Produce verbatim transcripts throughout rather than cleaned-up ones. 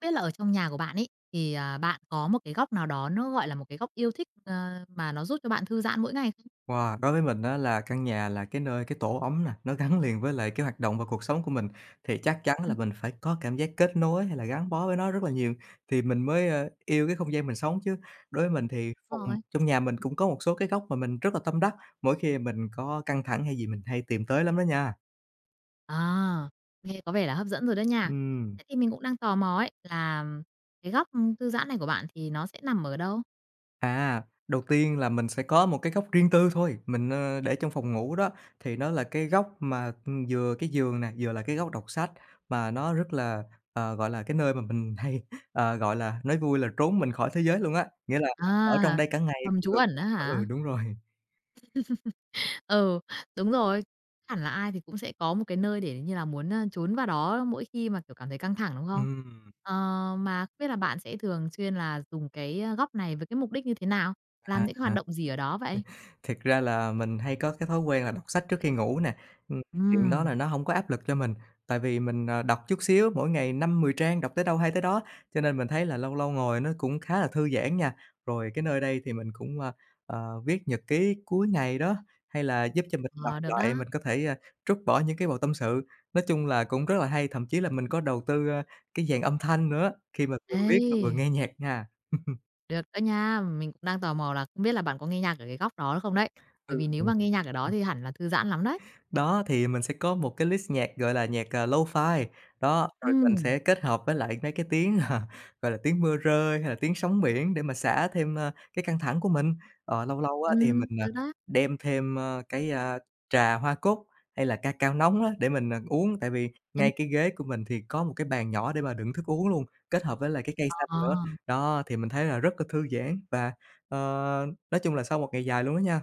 Biết là ở trong nhà của bạn ấy thì, à, bạn có một cái góc nào đó nó, gọi là, một cái góc yêu thích, ờ, mà nó giúp cho bạn thư giãn mỗi ngày không? Wow, đối với mình á là căn nhà là cái nơi cái tổ ấm nè, nó gắn liền với lại cái hoạt động và cuộc sống của mình, thì chắc chắn là Ừm, mình phải có cảm giác kết nối hay là gắn bó với nó rất là nhiều thì mình mới, ơ, yêu cái không gian mình sống chứ. Đối với mình thì phòng đúng rồi. trong nhà mình cũng có một số cái góc mà mình rất là tâm đắc, mỗi khi mình có căng thẳng hay gì mình hay tìm tới lắm đó nha. À, nghe có vẻ là hấp dẫn rồi đó nha. Ừm. Thế thì mình cũng đang tò mò ấy là cái góc, thư giãn này của bạn thì nó sẽ nằm ở đâu? À, Đầu tiên là mình sẽ có một cái góc riêng tư thôi, mình, ơ, để trong phòng ngủ đó, thì nó là cái góc mà vừa cái giường nè, vừa là cái góc đọc sách, mà nó rất là, ờ, gọi là, cái nơi mà mình hay, ờ, gọi là, nói vui là trốn mình khỏi thế giới luôn á, nghĩa là ở trong À, đây cả ngày hầm cũng trú được. ẩn á Ừ, hả? đúng rồi. Ừ, đúng rồi. Hẳn là ai thì cũng sẽ có một cái nơi để như là muốn, ơ, trốn vào đó mỗi khi mà, kiểu, cảm thấy căng thẳng, đúng không? Ừm, Ờ, mà không biết là bạn sẽ thường xuyên là dùng cái, ơ, góc này với cái mục đích như thế nào? Làm à. những cái hoạt động gì ở đó vậy? Thiệt ra là mình hay có cái thói quen là đọc sách trước khi ngủ nè, ừm, chuyện đó là Ừm, nó hổng có áp lực cho mình, tại vì mình, ờ, đọc chút xíu, mỗi ngày năm mười trang, đọc tới đâu hay tới đó, cho nên mình thấy là lâu lâu ngồi nó cũng khá là thư giãn nha. Rồi cái nơi đây thì mình cũng, ơ, ờ, viết nhật ký cuối ngày đó, hay là giúp cho mình Ừm. đọc ờ, được lại, đó. mình có thể, a, trút bỏ những cái bầu tâm sự. Nói chung là cũng rất là hay, thậm chí là mình có đầu tư, ơ, cái dàn âm thanh nữa, khi mà vừa viết mà vừa Ê, nghe nhạc nha. được đó nha. Mình cũng đang tò mò là không biết là bạn có nghe nhạc ở cái góc đó không đấy? Ừ. Bởi vì nếu mà nghe nhạc ở đó thì hẳn là thư giãn lắm đấy. Đó, thì mình sẽ có một cái list nhạc, gọi là, nhạc, à, lo-fi, đó, rồi mình Ừm, sẽ kết hợp với lại mấy cái tiếng, ờ, gọi là, tiếng mưa rơi hay là tiếng sóng biển để mà xả thêm, ơ, cái căng thẳng của mình. Ờ, lâu lâu á thì ừm, mình, à, được đó. đem thêm, ơ, cái, a, trà hoa cúc hay là ca cao nóng á để mình, à, uống, tại vì Nhâm ngay cái ghế của mình thì có một cái bàn nhỏ để mà đựng thức uống luôn, kết hợp với lại cái cây xanh ờ. nữa. Đó, thì mình thấy là rất là thư giãn và, ờ, nói chung là sau một ngày dài luôn đó nha.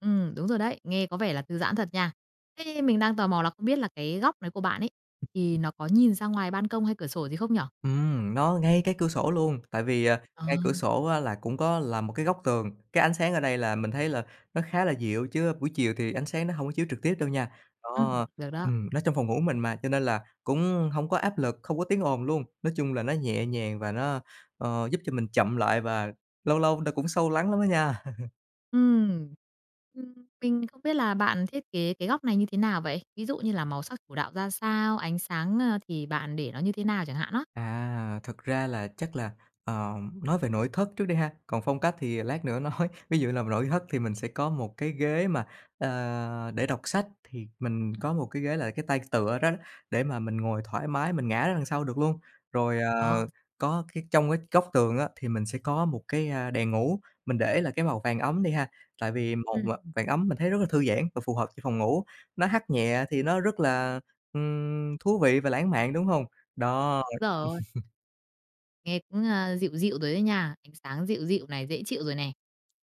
Ừ đúng rồi đấy, nghe có vẻ là thư giãn thật nha. Thế mình đang tò mò là không biết là cái góc này của bạn ấy, thì nó có nhìn ra ngoài ban công hay cửa sổ gì không nhở? Ừm, nó ngay cái cửa sổ luôn, tại vì, à, Ờ. ngay cửa sổ á là cũng có là một cái góc tường, cái ánh sáng ở đây là mình thấy là nó khá là dịu chứ buổi chiều thì ánh sáng nó hông có chiếu trực tiếp đâu nha. Ừm, Đó, được đó. ừm, nó trong phòng ngủ mình mà, cho nên là cũng hông có áp lực, không có tiếng ồn luôn. Nói chung là nó nhẹ nhàng và nó, ờ, giúp cho mình chậm lại và lâu lâu nó cũng sâu lắng lắm á nha. Ừ Ừm, mình không biết là bạn thiết kế cái góc này như thế nào vậy? Ví dụ như là màu sắc chủ đạo ra sao, ánh sáng, ơ, thì bạn để nó như thế nào chẳng hạn đó. À, thực ra là chắc là, ờ, nói về nội thất trước đi ha, còn phong cách thì lát nữa nói. Ví dụ là nội thất thì mình sẽ có một cái ghế mà, ờ, để đọc sách, thì mình có một cái ghế là cái tay tựa đó để mà mình ngồi thoải mái, mình ngã ra đằng sau được luôn. Rồi, Ờ, ờ, có cái trong cái góc tường á, thì mình sẽ có một cái, a, đèn ngủ, mình để là cái màu vàng ấm đi ha, tại vì màu ừm, mà vàng ấm mình thấy rất là thư giãn và phù hợp cho phòng ngủ, nó hắt nhẹ thì nó rất là, ừm, thú vị và lãng mạn, đúng không? Đó. đúng rồi, nghe cũng, a, dịu dịu rồi đấy nha, ánh sáng dịu dịu này, dễ chịu rồi này.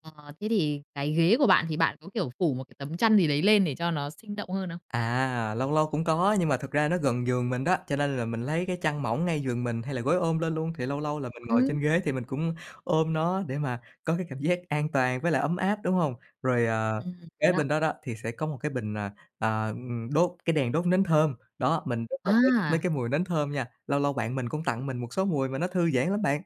Ờ, thế thì cái ghế của bạn thì bạn có, kiểu, phủ một cái tấm chăn gì đấy lên để cho nó sinh động hơn không? À, lâu lâu cũng có, nhưng mà thực ra nó gần giường mình đó, cho nên là mình lấy cái chăn mỏng ngay giường mình hay là gối ôm lên luôn, thì lâu lâu là mình ngồi Ừm. trên ghế thì mình cũng ôm nó để mà có cái cảm giác an toàn với lại ấm áp, đúng hông? Rồi, ờ, Ừm, hiểu kế đó. bên đó đó thì sẽ có một cái bình, à, à, ừm, đốt cái đèn đốt nến thơm, đó, mình rất là thích mấy À, cái mùi nến thơm nha, lâu lâu bạn mình cũng tặng mình một số mùi mà nó thư giãn lắm bạn.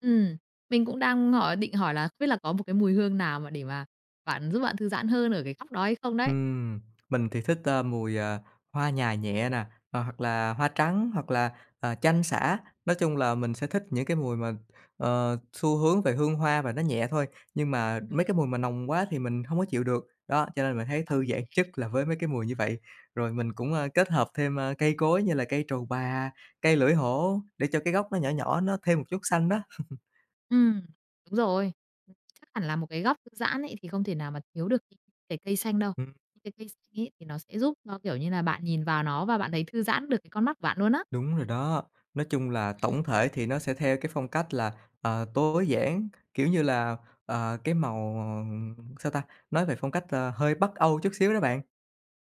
ừm, mình cũng đang hỏi định hỏi là không biết là có một cái mùi hương nào mà để mà bạn giúp bạn thư giãn hơn ở cái góc đó hay không đấy? Ừm, mình thì thích, ơ, mùi, à, hoa nhài nhẹ nè, ờ, hoặc là hoa trắng, hoặc là, ờ, chanh sả. Nói chung là mình sẽ thích những cái mùi mà, ờ, xu hướng về hương hoa và nó nhẹ thôi, nhưng mà Ừm. mấy cái mùi mà nồng quá thì mình không có chịu được. Đó, cho nên mình thấy Còn thư giãn cái nhất là với mấy cái mùi như vậy. Rồi mình cũng, ơ, kết hợp thêm, ơ, cây cối như là cây trầu bà, cây lưỡi hổ để cho cái gốc nó nhỏ nhỏ, nó thêm một chút xanh đó. ừm, đúng rồi, chắc hẳn là một cái góc thư giãn ấy thì không thể nào mà thiếu được cái cái cây xanh đâu. Cái cây xanh ấy thì nó sẽ giúp cho, kiểu như là, bạn nhìn vào nó và bạn thấy thư giãn được cái con mắt của bạn luôn á. Đúng rồi đó. Nói chung là tổng thể thì nó sẽ theo cái phong cách là, ờ, tối giản, kiểu như là, ờ, cái màu, sao ta, nói về phong cách, ờ, hơi Bắc Âu chút xíu đó bạn.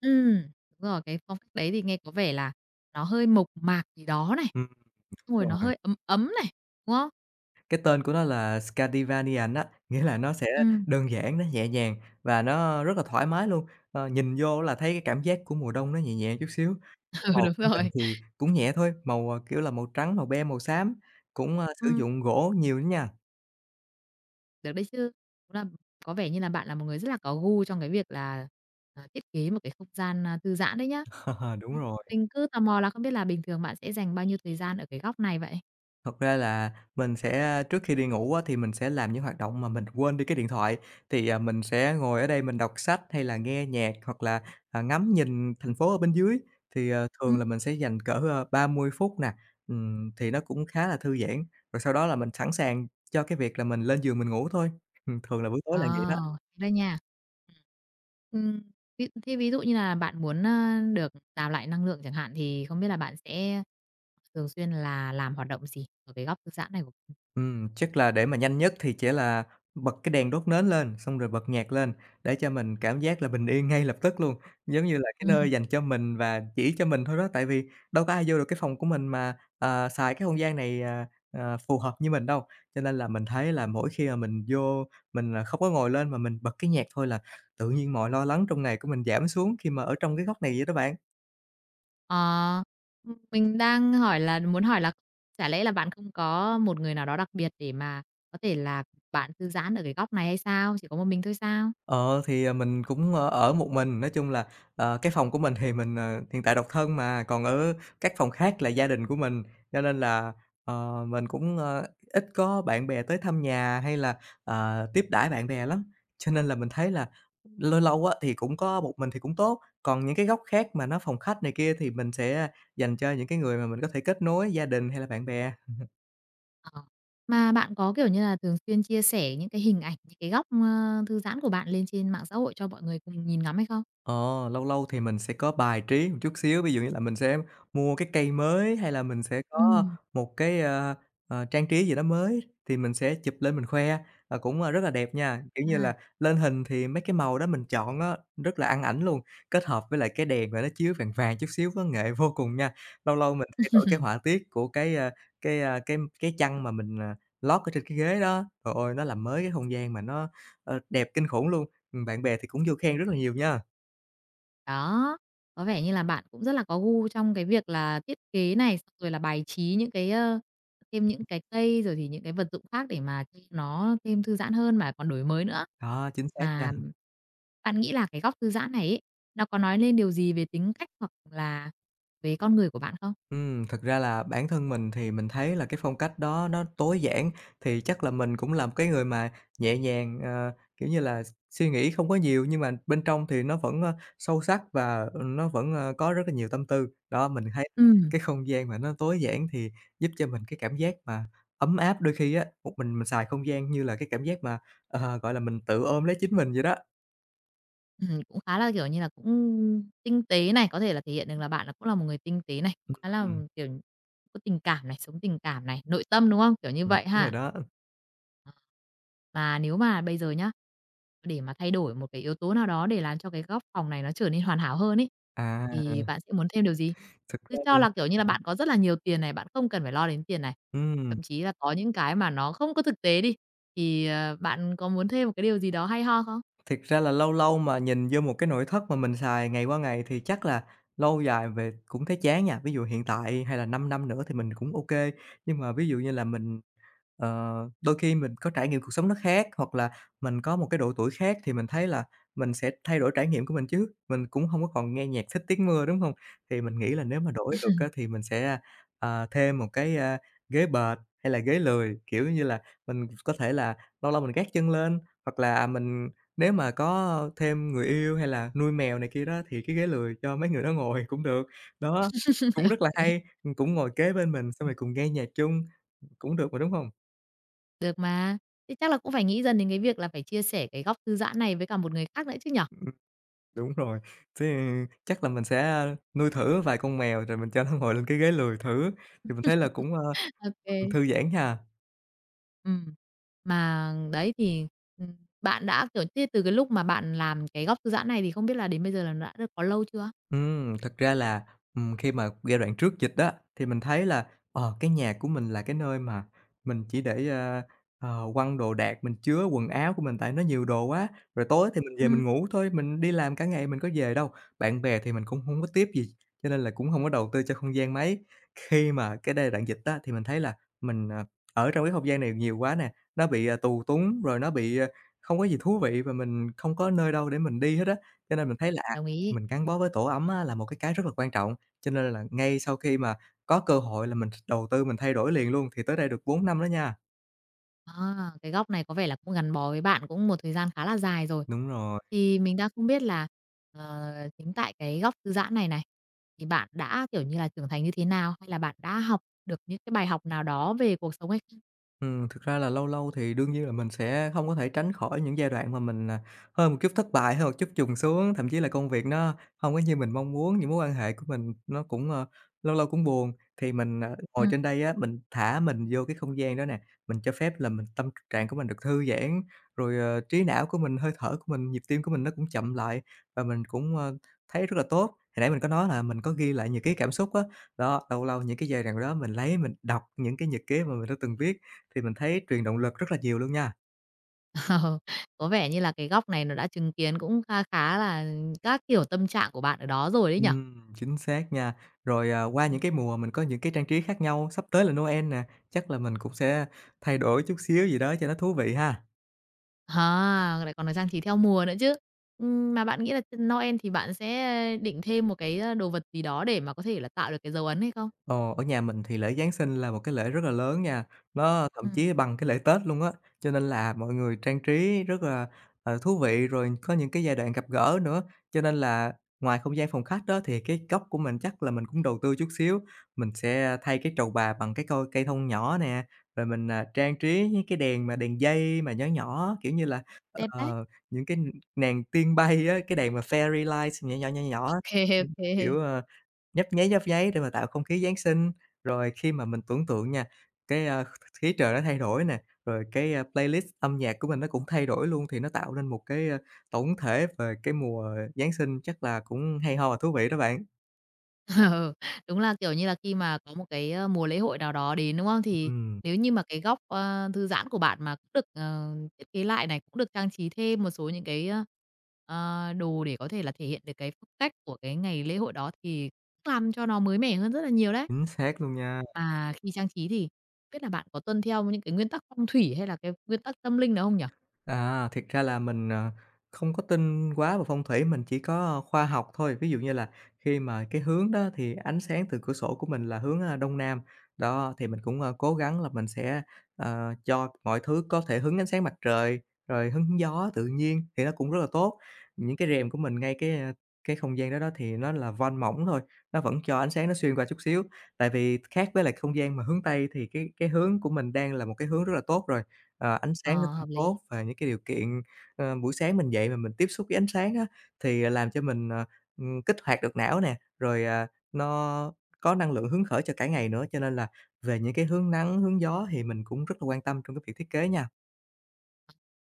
Ừm, đúng rồi, cái phong cách đấy thì nghe có vẻ là nó hơi mộc mạc gì đó này, Ừm, xong rồi đúng nó rồi, hơi ấm ấm này, đúng không? cái tên của nó là Scandinavian á, nghĩa là nó sẽ Ừm, đơn giản, nó nhẹ nhàng và nó rất là thoải mái luôn. Ờ, nhìn vô là thấy cái cảm giác của mùa đông nó nhẹ nhẹ chút xíu. Cái ừ, màu đúng của mình rồi. thì cũng nhẹ thôi, màu, ờ, kiểu là, màu trắng, màu be, màu xám, cũng, ơ, sử Ừm. dụng gỗ nhiều nữa nha. Được đấy chứ. Đúng là có vẻ như là bạn là một người rất là có gu trong cái việc là, à, thiết kế một cái không gian, a, thư giãn đấy nhá. Đúng Ừm, rồi. mình cứ tò mò là không biết là bình thường bạn sẽ dành bao nhiêu thời gian ở cái góc này vậy? Thật ra là mình sẽ trước khi đi ngủ á, thì mình sẽ làm những hoạt động mà mình quên đi cái điện thoại. Thì, à, mình sẽ ngồi ở đây mình đọc sách hay là nghe nhạc hoặc là, à, ngắm nhìn thành phố ở bên dưới. Thì, ờ, thường là Ừm. mình sẽ dành cỡ, à, ba mươi phút nè, ừm, thì nó cũng khá là thư giãn. Rồi sau đó là mình sẵn sàng cho cái việc là mình lên giường mình ngủ thôi. Ừm, thường là buổi tối là vậy đó. Ờ, đây đó nha. Ừm. Ừm, ví thế ví dụ như là bạn muốn, a, được đào lại năng lượng chẳng hạn, thì không biết là bạn sẽ thường xuyên là làm hoạt động gì ở cái góc thư giãn này của Ừm, chắc là để mà nhanh nhất thì chỉ là bật cái đèn đốt nến lên, xong rồi bật nhạc lên để cho mình cảm giác là bình yên ngay lập tức luôn, giống như là cái ừm. nơi dành cho mình và chỉ cho mình thôi đó. Tại vì đâu có ai vô được cái phòng của mình mà, ờ, xài cái không gian này, à, à, phù hợp như mình đâu. Cho nên là mình thấy là mỗi khi mà mình vô, mình, à, không có ngồi lên mà mình bật cái nhạc thôi là tự nhiên mọi lo lắng trong ngày của mình giảm xuống khi mà ở trong cái góc này vậy đó bạn. Ờ, ừm, mình đang hỏi là muốn hỏi là chả lẽ là bạn không có một người nào đó đặc biệt để mà có thể là bạn thư giãn ở cái góc này hay sao? Chỉ có một mình thôi sao? Ờ, thì, à, mình cũng, ơ, ở một mình, nói chung là, ờ, cái phòng của mình thì mình, ờ, hiện tại độc thân mà, còn ở các phòng khác là gia đình của mình, cho nên là, ờ, mình cũng, ơ, ít có bạn bè tới thăm nhà hay là, ờ, tiếp đãi bạn bè lắm. Cho nên là mình thấy là lâu lâu á thì cũng có một mình thì cũng tốt, còn những cái góc khác mà nó phòng khách này kia thì mình sẽ dành cho những cái người mà mình có thể kết nối, gia đình hay là bạn bè. Ờ. Mà bạn có, kiểu như là, thường xuyên chia sẻ những cái hình ảnh, những cái góc, ơ, thư giãn của bạn lên trên mạng xã hội cho mọi người cùng nhìn ngắm hay không? Ờ, lâu lâu thì mình sẽ có bài trí một chút xíu, ví dụ như là mình sẽ mua cái cây mới hay là mình sẽ Ừ có một cái, ờ, ờ, trang trí gì đó mới thì mình sẽ chụp lên mình khoe, và cũng, a, rất là đẹp nha. Kiểu như là, lên hình thì mấy cái màu đó mình chọn á, rất là ăn ảnh luôn, kết hợp với lại cái đèn mà nó chiếu vàng vàng chút xíu có nghệ vô cùng nha. Lâu lâu mình thay đổi cái họa tiết của cái, a, cái, a, cái cái chăn mà mình, à, lót ở trên cái ghế đó, trời ơi, nó làm mới cái không gian mà nó, ờ, đẹp kinh khủng luôn. Bạn bè thì cũng vô khen rất là nhiều nha. Đó, có vẻ như là bạn cũng rất là có gu trong cái việc là thiết kế này, xong rồi là bài trí những cái, ơ, thêm những cái cây, rồi thì những cái vật dụng khác để mà cho nó thêm thư giãn hơn mà còn đổi mới nữa. Đó, chính xác nha. Mà bạn nghĩ là cái góc thư giãn này ấy, nó có nói lên điều gì về tính cách hoặc là về con người của bạn không? Ừm, thực ra là bản thân mình thì mình thấy là cái phong cách đó nó tối giản, thì chắc là mình cũng là một cái người mà nhẹ nhàng, ờ, kiểu như là, suy nghĩ không có nhiều nhưng mà bên trong thì nó vẫn, ơ, sâu sắc và, ừ, nó vẫn, ơ, có rất là nhiều tâm tư. Đó, mình thấy Ừm, cái không gian mà nó tối giản thì giúp cho mình cái cảm giác mà ấm áp. Đôi khi á, một mình mình xài không gian như là cái cảm giác mà, ờ, gọi là, mình tự ôm lấy chính mình vậy đó. ừm, cũng khá là, kiểu như là, cũng tinh tế này, có thể là thể hiện được là bạn là cũng là một người tinh tế này, cũng khá là, Ừm, kiểu, có tình cảm này, sống tình cảm này, nội tâm, đúng không? Kiểu như ừm, vậy đúng rồi ha. đó. Và nếu mà bây giờ nhá, để mà thay đổi một cái yếu tố nào đó để làm cho cái góc phòng này nó trở nên hoàn hảo hơn ấy, À, thì bạn sẽ muốn thêm điều gì? thực Cứ ra là cho là, kiểu như là, bạn có rất là nhiều tiền này, bạn không cần phải lo đến tiền này, ừm. thậm chí là có những cái mà nó không có thực tế đi, thì, ờ, bạn có muốn thêm một cái điều gì đó hay ho không? Thiệt ra là lâu lâu mà nhìn vô một cái nội thất mà mình xài ngày qua ngày thì chắc là lâu dài về cũng thấy chán nha. Ví dụ hiện tại hay là 5 năm nữa thì mình cũng ok, nhưng mà ví dụ như là mình, ờ, đôi khi mình có trải nghiệm cuộc sống nó khác, hoặc là mình có một cái độ tuổi khác thì mình thấy là mình sẽ thay đổi trải nghiệm của mình chứ. Mình cũng không có còn nghe nhạc Thích Tiếng Mưa, đúng không? Thì mình nghĩ là nếu mà đổi được á thì mình sẽ, à, thêm một cái, a, ghế bệt hay là ghế lười, kiểu như là, mình có thể là lâu lâu mình gác chân lên, hoặc là mình nếu mà có thêm người yêu hay là nuôi mèo này kia đó, thì cái ghế lười cho mấy người đó ngồi cũng được. Đó, cũng rất là OK. hay, ừm, cũng ngồi kế bên mình xong rồi cùng nghe nhạc chung, cũng được mà, đúng hông? Được mà. Thế chắc là cũng phải nghĩ dần đến cái việc là phải chia sẻ cái góc thư giãn này với cả một người khác nữa chứ nhở? Đúng rồi, thế chắc là mình sẽ, nuôi thử vài con mèo rồi mình cho nó ngồi lên cái ghế lười thử, thì mình thấy là cũng, ơ, ừm, OK. thư giãn ha. Ừm. Mà đấy thì, ừm, bạn đã, kiểu, thế từ cái lúc mà bạn làm cái góc thư giãn này thì không biết là đến bây giờ là nó đã được có lâu chưa? Ừm, thật ra là, ừm, khi mà giai đoạn trước dịch á, thì mình thấy là, ờ, cái nhà của mình là cái nơi mà mình chỉ để, ơ, ờ, quăng đồ đạc, mình chứa quần áo của mình tại nó nhiều đồ quá, rồi tối thì mình về mình Ừm. ngủ thôi, mình đi làm cả ngày mình có về đâu. Bạn bè thì mình cũng không có tiếp gì, cho nên là cũng không có đầu tư cho không gian mấy. Khi mà cái giai đoạn dịch á, thì mình thấy là mình, ờ, ở trong cái không gian này nhiều quá nè, nó bị, à, tù túng, rồi nó bị, ờ, không có gì thú vị và mình không có nơi đâu để mình đi hết á. Cho nên mình thấy là, à Đồng ý. mình gắn bó với tổ ấm á là một cái cái rất là quan trọng, cho nên là ngay sau khi mà có cơ hội là mình đầu tư mình thay đổi liền luôn, thì tới đây được bốn năm đó nha. À, cái góc này có vẻ là cũng gắn bó với bạn cũng một thời gian khá là dài rồi. Đúng rồi. Thì mình đang không biết là, ờ, chính tại cái góc thư giãn này này, thì bạn đã, kiểu như là, trưởng thành như thế nào? Hay là bạn đã học được những cái bài học nào đó về cuộc sống hay không? Ừm, thực ra là lâu lâu thì đương nhiên là mình sẽ không có thể tránh khỏi những giai đoạn mà mình, à, hơi một chút thất bại, hơi một chút chùng xuống, thậm chí là công việc nó không có như mình mong muốn, những mối quan hệ của mình nó cũng, ờ, lâu lâu cũng buồn. Thì mình, ờ, ngồi Ừm. trên đây á, mình thả mình vô cái không gian đó nè, mình cho phép là mình tâm trạng của mình được thư giãn, rồi, ờ, trí não của mình, hơi thở của mình, nhịp tim của mình nó cũng chậm lại và mình cũng, ờ, thấy rất là tốt. Hồi nãy mình có nói là mình có ghi lại nhật ký cảm xúc á, đó, lâu lâu những cái giai đoạn đó mình lấy mình đọc những cái nhật ký mà mình đã từng viết thì mình thấy truyền động lực rất là nhiều luôn nha. Ờ, có vẻ như là cái góc này nó đã chứng kiến cũng kha khá là các kiểu tâm trạng của bạn ở đó rồi đấy nhỉ? Ừm, chính xác nha. Rồi, à, qua những Ừm. cái mùa mình có những cái trang trí khác nhau, sắp tới là Noel nè, chắc là mình cũng sẽ thay đổi chút xíu gì đó cho nó thú vị ha. À, lại còn là trang trí theo mùa nữa chứ. Ừm, mà bạn nghĩ là Noel thì bạn sẽ ờ, định thêm một cái, ơ, đồ vật gì đó để mà có thể là tạo được cái dấu ấn hay không? Ờ, ở nhà mình thì lễ Giáng sinh là một cái lễ rất là lớn nha, nó thậm Ừm. chí bằng cái lễ Tết luôn á, cho nên là mọi người trang trí rất là, ờ, thú vị, rồi có những cái giai đoạn gặp gỡ nữa. Cho nên là ngoài không gian phòng khách đó thì cái góc của mình chắc là mình cũng đầu tư chút xíu, mình sẽ thay cái trầu bà bằng cái coi cây thông nhỏ nè, rồi mình, à, trang trí những cái đèn mà đèn dây mà nhỏ nhỏ, kiểu như là, Đẹp đấy. ờ, những cái nàng tiên bay á, cái đèn mà fairy lights nhỏ nhỏ, nhỏ Ô nhỏ. kê, Ừm, kiểu, ờ Nhấp nháy, nhấp nháy để mà tạo không khí Giáng sinh. Rồi khi mà mình tưởng tượng nha, cái, a, khí trời nó thay đổi nè, rồi cái, a, playlist âm nhạc của mình nó cũng thay đổi luôn thì nó tạo nên một cái, a, tổng thể về cái mùa Giáng sinh chắc là cũng hay ho và thú vị đó bạn. Ừ, đúng là, kiểu như là, khi mà có một cái, ơ, mùa lễ hội nào đó đến, đúng không? Thì Ừm, nếu như mà cái góc, ơ, thư giãn của bạn mà cũng được, ờ, thiết kế lại này, cũng được trang trí thêm một số những cái, ơ, ờ, đồ để có thể là thể hiện được cái phong cách của cái ngày lễ hội đó thì cũng làm cho nó mới mẻ hơn rất là nhiều đấy. chính xác luôn nha. Mà khi trang trí thì biết là bạn có tuân theo những cái nguyên tắc phong thủy hay là cái nguyên tắc tâm linh nào không nhỉ? À, thiệt ra là mình, ờ, không có tin quá vào phong thủy, mình chỉ có ờ, khoa học thôi. Ví dụ như là khi mà cái hướng đó thì ánh sáng từ cửa sổ của mình là hướng, a, Đông Nam, đó, thì mình cũng, ơ, cố gắng là mình sẽ, ờ, cho mọi thứ có thể hứng ánh sáng mặt trời, rồi hứng gió tự nhiên thì nó cũng rất là tốt. Những cái rèm của mình ngay cái, a, cái không gian đó đó thì nó là van mỏng thôi, nó vẫn cho ánh sáng nó xuyên qua chút xíu. Tại vì khác với lại không gian mà hướng Tây thì cái cái hướng của mình đang là một cái hướng rất là tốt rồi. Ờ, ánh sáng nó Ờ, cũng hợp lý. tốt và những cái điều kiện, ờ, buổi sáng mình dậy mà mình tiếp xúc với ánh sáng á, thì, ờ, làm cho mình, ờ, ừm, kích hoạt được não nè, rồi, à, nó có năng lượng hứng khởi cho cả ngày nữa, cho nên là về những cái hướng nắng, hướng gió thì mình cũng rất là quan tâm trong cái việc thiết kế nha.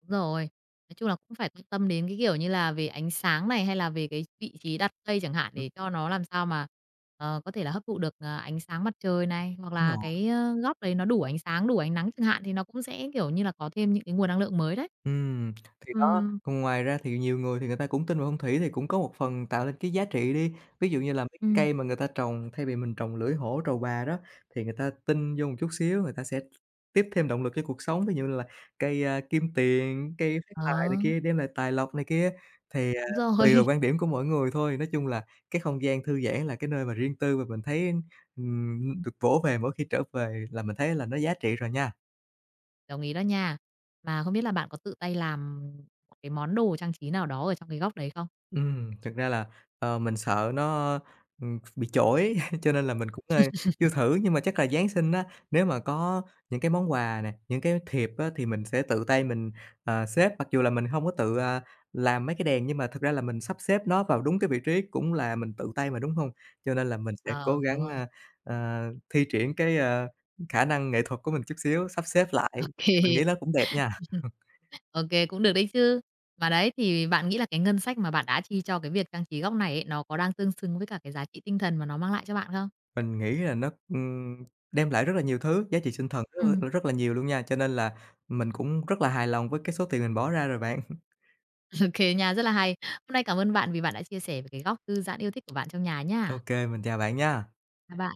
Đúng rồi. Nói chung là cũng phải quan tâm đến cái, kiểu như là, về ánh sáng này, hay là về cái vị trí đặt cây chẳng hạn, Ừm, để cho nó làm sao mà, ờ, có thể là hấp thụ được, ờ, ánh sáng mặt trời này, hoặc đúng là rồi. cái, ơ, góc đấy nó đủ ánh sáng, đủ ánh nắng chẳng hạn, thì nó cũng sẽ, kiểu như là, có thêm những cái nguồn năng lượng mới đấy. Ừm, thì Ừ đó, còn ngoài ra thì nhiều người thì người ta cũng tin vào phong thủy thì cũng có một phần tạo nên cái giá trị đi. Ví dụ như là mấy ừ cái cây mà người ta trồng, thay vì mình trồng lưỡi hổ, trầu bà đó, thì người ta tin vô một chút xíu, người ta sẽ tiếp thêm động lực cho cuộc sống. Ví dụ như là cây, a, kim tiền, cây phát tài này ờ, kia, đem lại tài lộc này kia. Thì, à, đúng rồi, tùy vào quan điểm của mỗi người thôi, nói chung là cái không gian thư giãn là cái nơi mà riêng tư và mình thấy, ừm, được vỗ về mỗi khi trở về là mình thấy là nó giá trị rồi nha. đồng ý đó nha. Mà không biết là bạn có tự tay làm một cái món đồ trang trí nào đó ở trong cái góc đấy không? Ừm, thực ra là, ờ, mình sợ nó, ừm, bị chổi, cho nên là mình cũng, ơ, chưa thử. Nhưng mà chắc là Giáng sinh á, nếu mà có những cái món quà nè, những cái thiệp á, thì mình sẽ tự tay mình, ờ, xếp. Mặc dù là mình không có tự, à, làm mấy cái đèn, nhưng mà thực ra là mình sắp xếp nó vào đúng cái vị trí cũng là mình tự tay mà, đúng hông? Cho nên là mình sẽ cố Ờ, đúng gắng, rồi, a, ờ, thi triển cái, ờ, khả năng nghệ thuật của mình chút xíu, sắp xếp lại, ok thì mình nghĩ nó cũng đẹp nha. OK cũng được đấy chứ. Mà đấy, thì bạn nghĩ là cái ngân sách mà bạn đã chi cho cái việc trang trí góc này ấy, nó có đang tương xứng với cả cái giá trị tinh thần mà nó mang lại cho bạn không? Mình nghĩ là nó, ừm, đem lại rất là nhiều thứ, giá trị tinh thần rất Ừm. là rất là nhiều luôn nha, cho nên là mình cũng rất là hài lòng với cái số tiền mình bỏ ra rồi bạn. Ô nha, rất là hay. Hôm nay cảm ơn bạn vì bạn đã chia sẻ về cái góc thư giãn yêu thích của bạn trong nhà Ô nha. kê, mình chào bạn nha. Chào bạn.